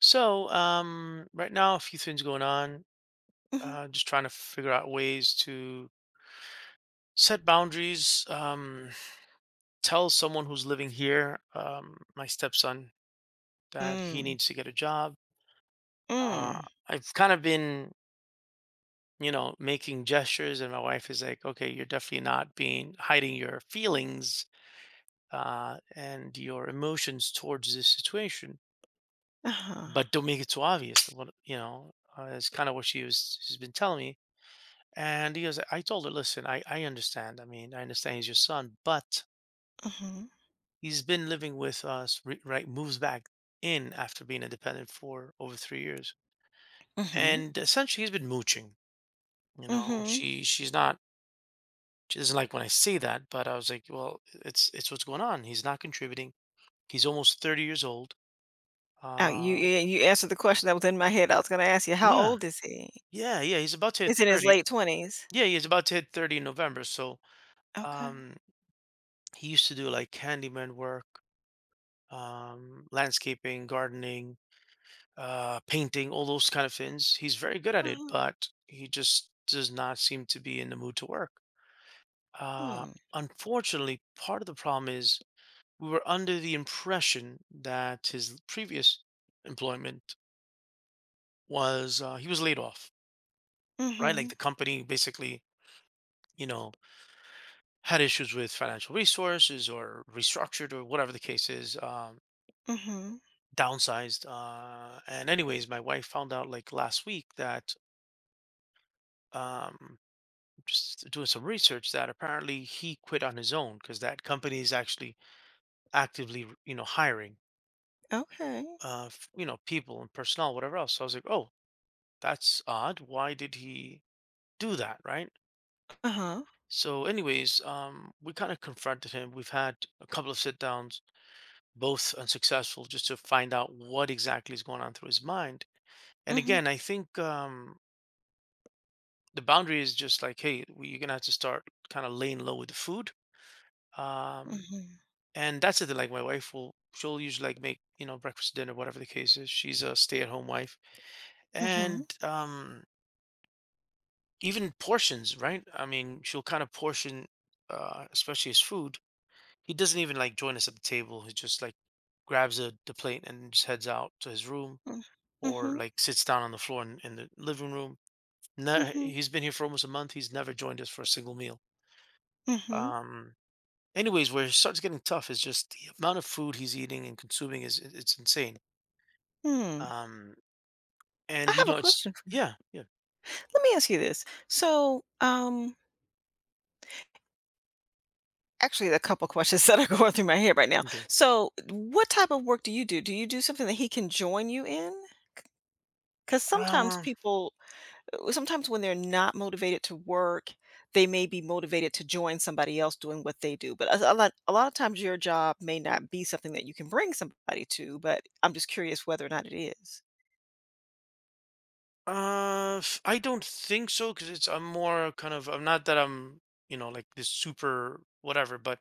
So, right now, a few things going on. Mhm. Just trying to figure out ways to set boundaries. Tell someone who's living here, my stepson, that he Mm, needs to get a job. Uh, mm. I've kind of been, making gestures, and my wife is like, "Okay, you're definitely not being hiding your feelings and your emotions towards this situation, Uh-huh. but don't make it too obvious." What you know is kind of what she's been telling me. And he goes, I told her, listen, I understand. I mean, I understand he's your son, but Mhm, he's been living with us, right? Moves back in after being independent for over 3 years. mhm, And essentially, he's been mooching. You know, mhm. she she's not she doesn't like when I say that, but I was like, well, it's what's going on. He's not contributing. He's almost 30 years old. Oh, you Uh, you you answered the question that was in my head. I was gonna ask you, how yeah, old is he? yeah, yeah. He's about to hit He's in his 30. late 20s. Yeah, he's about to hit 30 in November. So, Okay. um, he used to do like handyman work, landscaping, gardening, painting, all those kind of things. He's very good at it, Uh-huh. but he just does not seem to be in the mood to work. Uh, Hmm. Unfortunately, part of the problem is we were under the impression that his previous employment was, he was laid off, right? Like Mhm, the company basically, you know, had issues with financial resources or restructured or whatever the case is. Mhm. Downsized, and anyways my wife found out like last week that, um, just doing some research, that apparently he quit on his own because that company is actually actively, hiring, Okay. People and personnel, whatever else. So I was like, oh, that's odd. Why did he do that, right? Uh-huh. So, anyways, we kind of confronted him. We've had a couple of sit downs, both unsuccessful, just to find out what exactly is going on through his mind. And Mhm, again, I think the boundary is just like, hey, you're gonna have to start kind of laying low with the food. Um, mhm, And that's the thing, like my wife will she'll usually like make, breakfast, dinner, whatever the case is. She's a stay-at-home wife. mhm, And even portions, right? I mean, she'll kind of portion, especially his food. He doesn't even like join us at the table. He just like grabs the plate and just heads out to his room, mm, or mhm, like sits down on the floor in the living room. Mhm, He's been here for almost a month. He's never joined us for a single meal. mhm, Um Anyways, where it starts getting tough is just the amount of food he's eating and consuming, is it's insane. hmm. Um, I and, you have a know, it's question for you. Yeah, yeah. Let me ask you this. Actually, a couple questions that are going through my head right now. Okay. So, what type of work do you do? Do you do something that he can join you in? Because sometimes Uh, people, sometimes when they're not motivated to work, they may be motivated to join somebody else doing what they do. But a lot of times, your job may not be something that you can bring somebody to. But I'm just curious whether or not it is. I don't think so because it's I'm more kind of I'm not that I'm you know like this super whatever, but,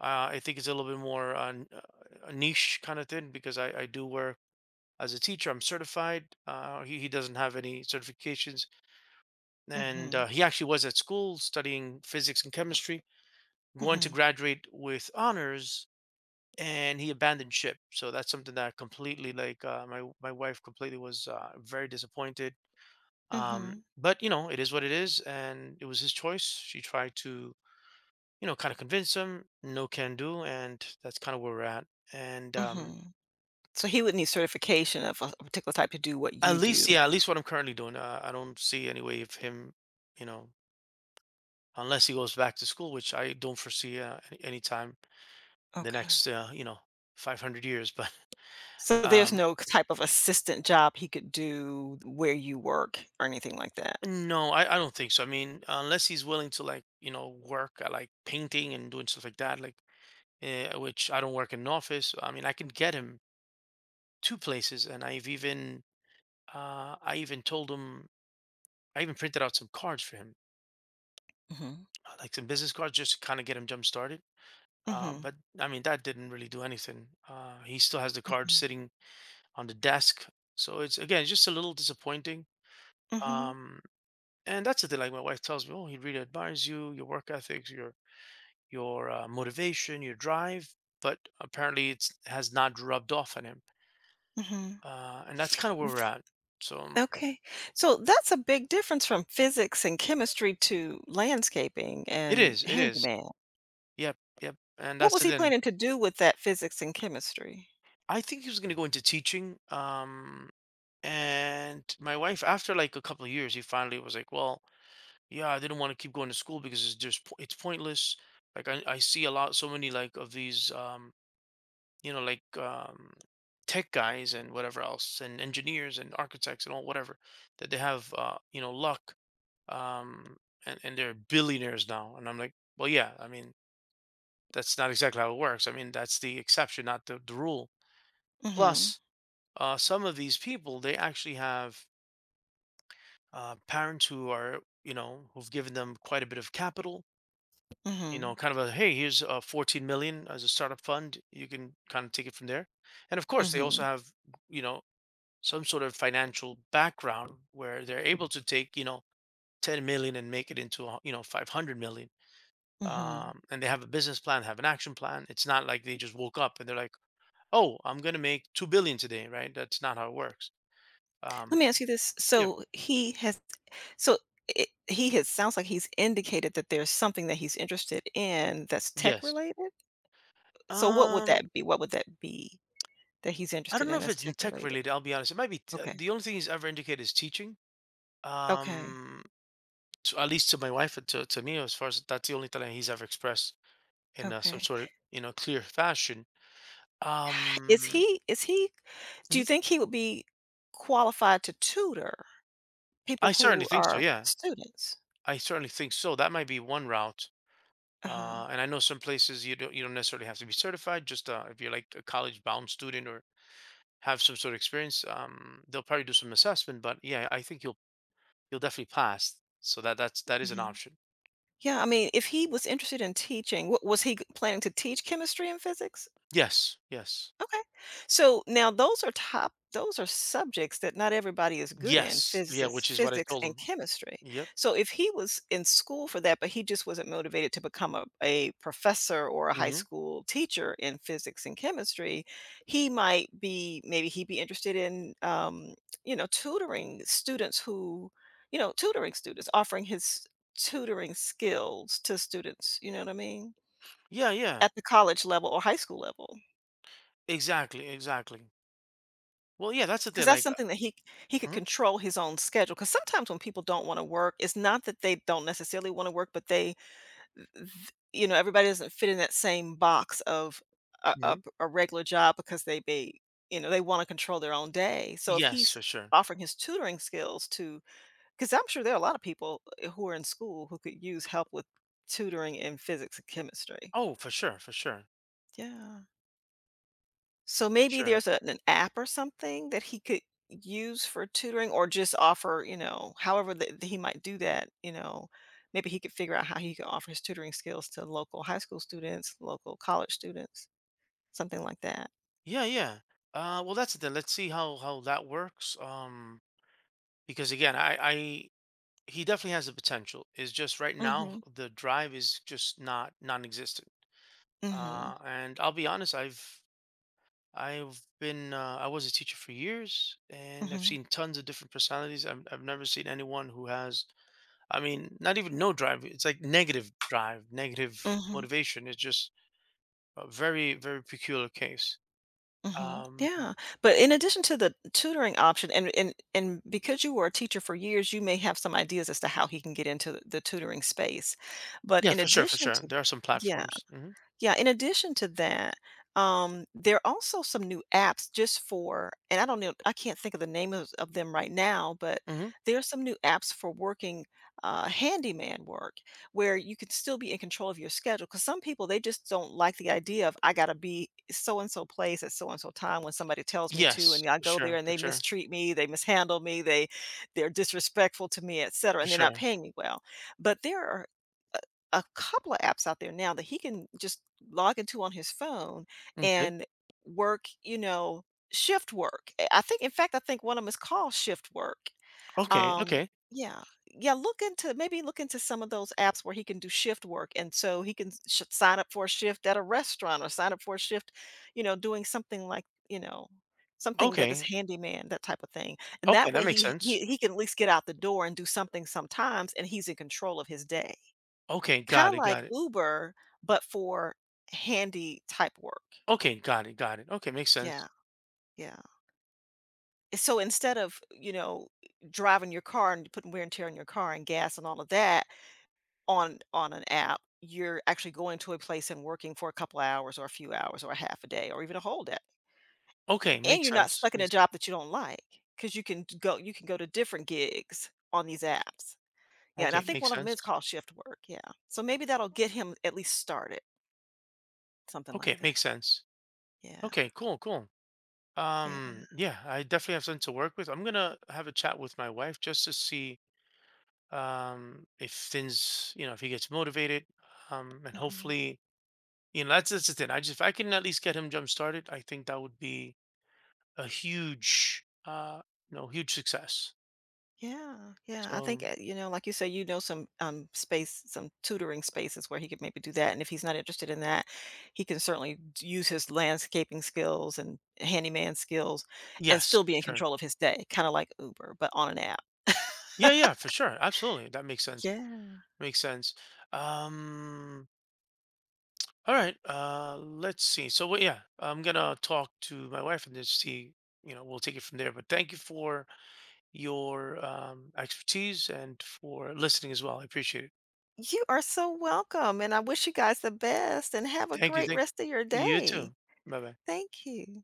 I think it's a little bit more, a niche kind of thing, because I do work as a teacher. I'm certified. He doesn't have any certifications, and, Mm-hmm. He actually was at school studying physics and chemistry, going to Mm-hmm. graduate with honors, and he abandoned ship. So that's something that completely, like, my wife completely was, very disappointed. Mm-hmm. But it is what it is, and it was his choice. She tried to kind of convince him, no can do, and that's kind of where we're at. And Mm-hmm. So he would need certification of a particular type to do what at you least, do. yeah, at least what I'm currently doing, I don't see any way of him, you know, unless he goes back to school, which I don't foresee any time in the Okay. next 500 years, but. So there's um, no type of assistant job he could do where you work or anything like that? No, I don't think so. I mean, unless he's willing to like, work at like painting and doing stuff like that, like, which I don't work in an office. I mean, I can get him two places, and I've even, I even told him, I even printed out some cards for him, Mhm. Like some business cards, just to kind of get him jump started. Mhm. But I mean, that didn't really do anything. He still has the cards Mhm. sitting on the desk, so it's, again, it's just a little disappointing. Mhm. Um, and that's the thing. Like, my wife tells me, oh, he'd really admires you, your work ethics, your motivation, your drive, but apparently it's has not rubbed off on him. Mhm. And that's kind of where we're Th at. So Okay. So that's a big difference from physics and chemistry to landscaping it and is, it is. handyman. Yep, yep. And What that's was it. he Then planning to do with that physics and chemistry? I think he was going to go into teaching. And my wife, after like a couple of years, he finally was like, "Well, yeah, I didn't want to keep going to school, because it's just po- it's pointless. Like, I see a lot, so many like of these you know like um tech guys and whatever else, and engineers and architects and all whatever, that they have luck, um and they're billionaires now, and I'm like, well, yeah, I mean, that's not exactly how it works. I mean, that's the exception, not the rule. Mhm, Plus, some of these people, they actually have parents who are, who've given them quite a bit of capital, mhm, kind of a, hey, here's 14 million as a startup fund, you can kind of take it from there. And of course, they also mhm, have, you know some sort of financial background, where they're able to take, 10 million and make it into a, 500 million. mhm. And they have a business plan, have an action plan. It's not like they just woke up and they're like, oh, I'm going to make 2 billion today, right? That's not how it works." um, Let me ask you this, yeah, so so he has sounds like he's indicated that there's something that he's interested in that's tech yes. related? So what would um, that be? What would that be that he's I interested don't know in if that's it's in tech tech related? related. I'll be honest. It might be Okay, the only thing he's ever indicated is teaching. okay, Um, at least to my wife and to me, as far as that's the only talent he's ever expressed in, some okay. sort of clear fashion. Is Um, he is he do Mhm. you think he would be qualified to tutor people I certainly who think so, are yeah. students? I certainly think so. That might be one route. Uh-huh, And I know some places you don't necessarily have to be certified. Just, if you're like a college bound student or have some sort of experience, they'll probably do some assessment. But yeah, I think you'll definitely pass. So that is an mhm. option. Yeah, I mean, if he was interested in teaching, wa was he g planning to teach chemistry and physics? Yes, yes, Okay. So now those are subjects that not everybody is good in, yes, yeah. physics, Which is what I physics told and them. chemistry. Yep. So if he was in school for that, but he just wasn't motivated to become a professor or a high Hmm. school teacher in physics and chemistry, he might be maybe he'd be interested in you know, tutoring students, offering his tutoring skills to students, you know what I mean? Yeah, yeah. At the college level or high school level. Exactly, exactly. Well, yeah, that's the 'Cause thing. that's Like, something that he could mhm, control his own schedule. Because sometimes when people don't wanna work, it's not that they don't necessarily wanna work, but they th you know, everybody doesn't fit in that same box of a mhm. a regular job because they be you know, they wanna control their own day. So if Yes, he's for sure. offering his tutoring skills to, because 'cause I'm sure there are a lot of people, eh, who are in school who could use help with tutoring in physics and chemistry. Oh, for sure, for sure, Yeah. So for maybe sure. there's a an app or something that he could use for tutoring or just offer, you know, however that he might do that, you know, maybe he could figure out how he could offer his tutoring skills to local high school students, local college students, something like that. Yeah, yeah. Well, that's it then. Let's see how that works. Because again, I he definitely has the potential. It's just right Mm now Mhm. the drive is just not, non-existent. mm Mhm. And I'll be honest, I've been I was a teacher for years, mm and I've Mhm. seen tons of different personalities. I've never seen anyone who has. I mean, not even no drive. It's like negative drive, negative Mhm. motivation. It's just a very very peculiar case. Mhm. Um, Yeah. But in addition to the tutoring option and because you were a teacher for years, you may have some ideas as to how he can get into the tutoring space. But Yeah, in for sure, for addition sure. to There are some Yeah. platforms. Mhm, Yeah, in addition to that, there are also some new apps just for and I don't know, I can't think of the name of them right now, but mhm. there are some new apps for working, handyman work where you can still be in control of your schedule. Because some people, they just don't like the idea of, "I gotta be so and so place at so and so time when somebody tells me to, Yes, and I for go there sure, and for they sure, mistreat me, they mishandle me, they're disrespectful to me, et cetera, for and they're not sure. paying me well." But there are a couple of apps out there now that he can just log into on his phone Okay. and work, you know, shift work. I think in fact I think one of them is called shift work. Okay, Um okay, yeah. Yeah, look into maybe look into some of those apps where he can do shift work and so he can sign up for a shift at a restaurant or sign up for a shift, you know, doing something like, you know, something that is okay, handyman, that type of thing. And okay, that that way makes sense. He can at least get out the door and do something sometimes and he's in control of his day. Okay, Kinda got it, like got it. Uber, but for handy type work. Okay, got it, got it. Okay, makes sense. Yeah, yeah. So instead of, you know, driving your car and putting wear and tear on your car and gas and all of that on an app, you're actually going to a place and working for a couple of hours or a few hours or a half a day or even a whole day. Okay, And makes you're not sense, stuck in a makes job that you don't like because you can go to different gigs on these apps. Yeah, and I okay, think makes one of them is sense. called shift work, yeah. So maybe that'll get him at least started, something like Okay, that. makes sense. Yeah, Okay, cool, cool. yeah. Yeah, I definitely have something to work with. I'm gonna have a chat with my wife just to see, if things you know, if he gets motivated, and Mhm. hopefully. You know, that's the thing. I just, if I can at least get him jump started, I think that would be a huge success. Yeah, yeah. I think So you know, like you say, you know, some tutoring spaces where he could maybe do that. And if he's not interested in that, he can certainly use his landscaping skills and handyman skills, and yes, still for be in sure. control of his day, kind of like Uber, but on an app. Yeah, yeah, for sure. Absolutely, that makes sense. Yeah. Makes sense. Um, all right. Let's see. So what? Yeah, I'm gonna talk to my wife and just see. You know, we'll take it from there. But thank you for your, expertise and for listening as well. I appreciate it. You are so welcome, and I wish you guys the best, and have a Thank you. great Thank rest of your you. You day. too. Bye bye. Thank you.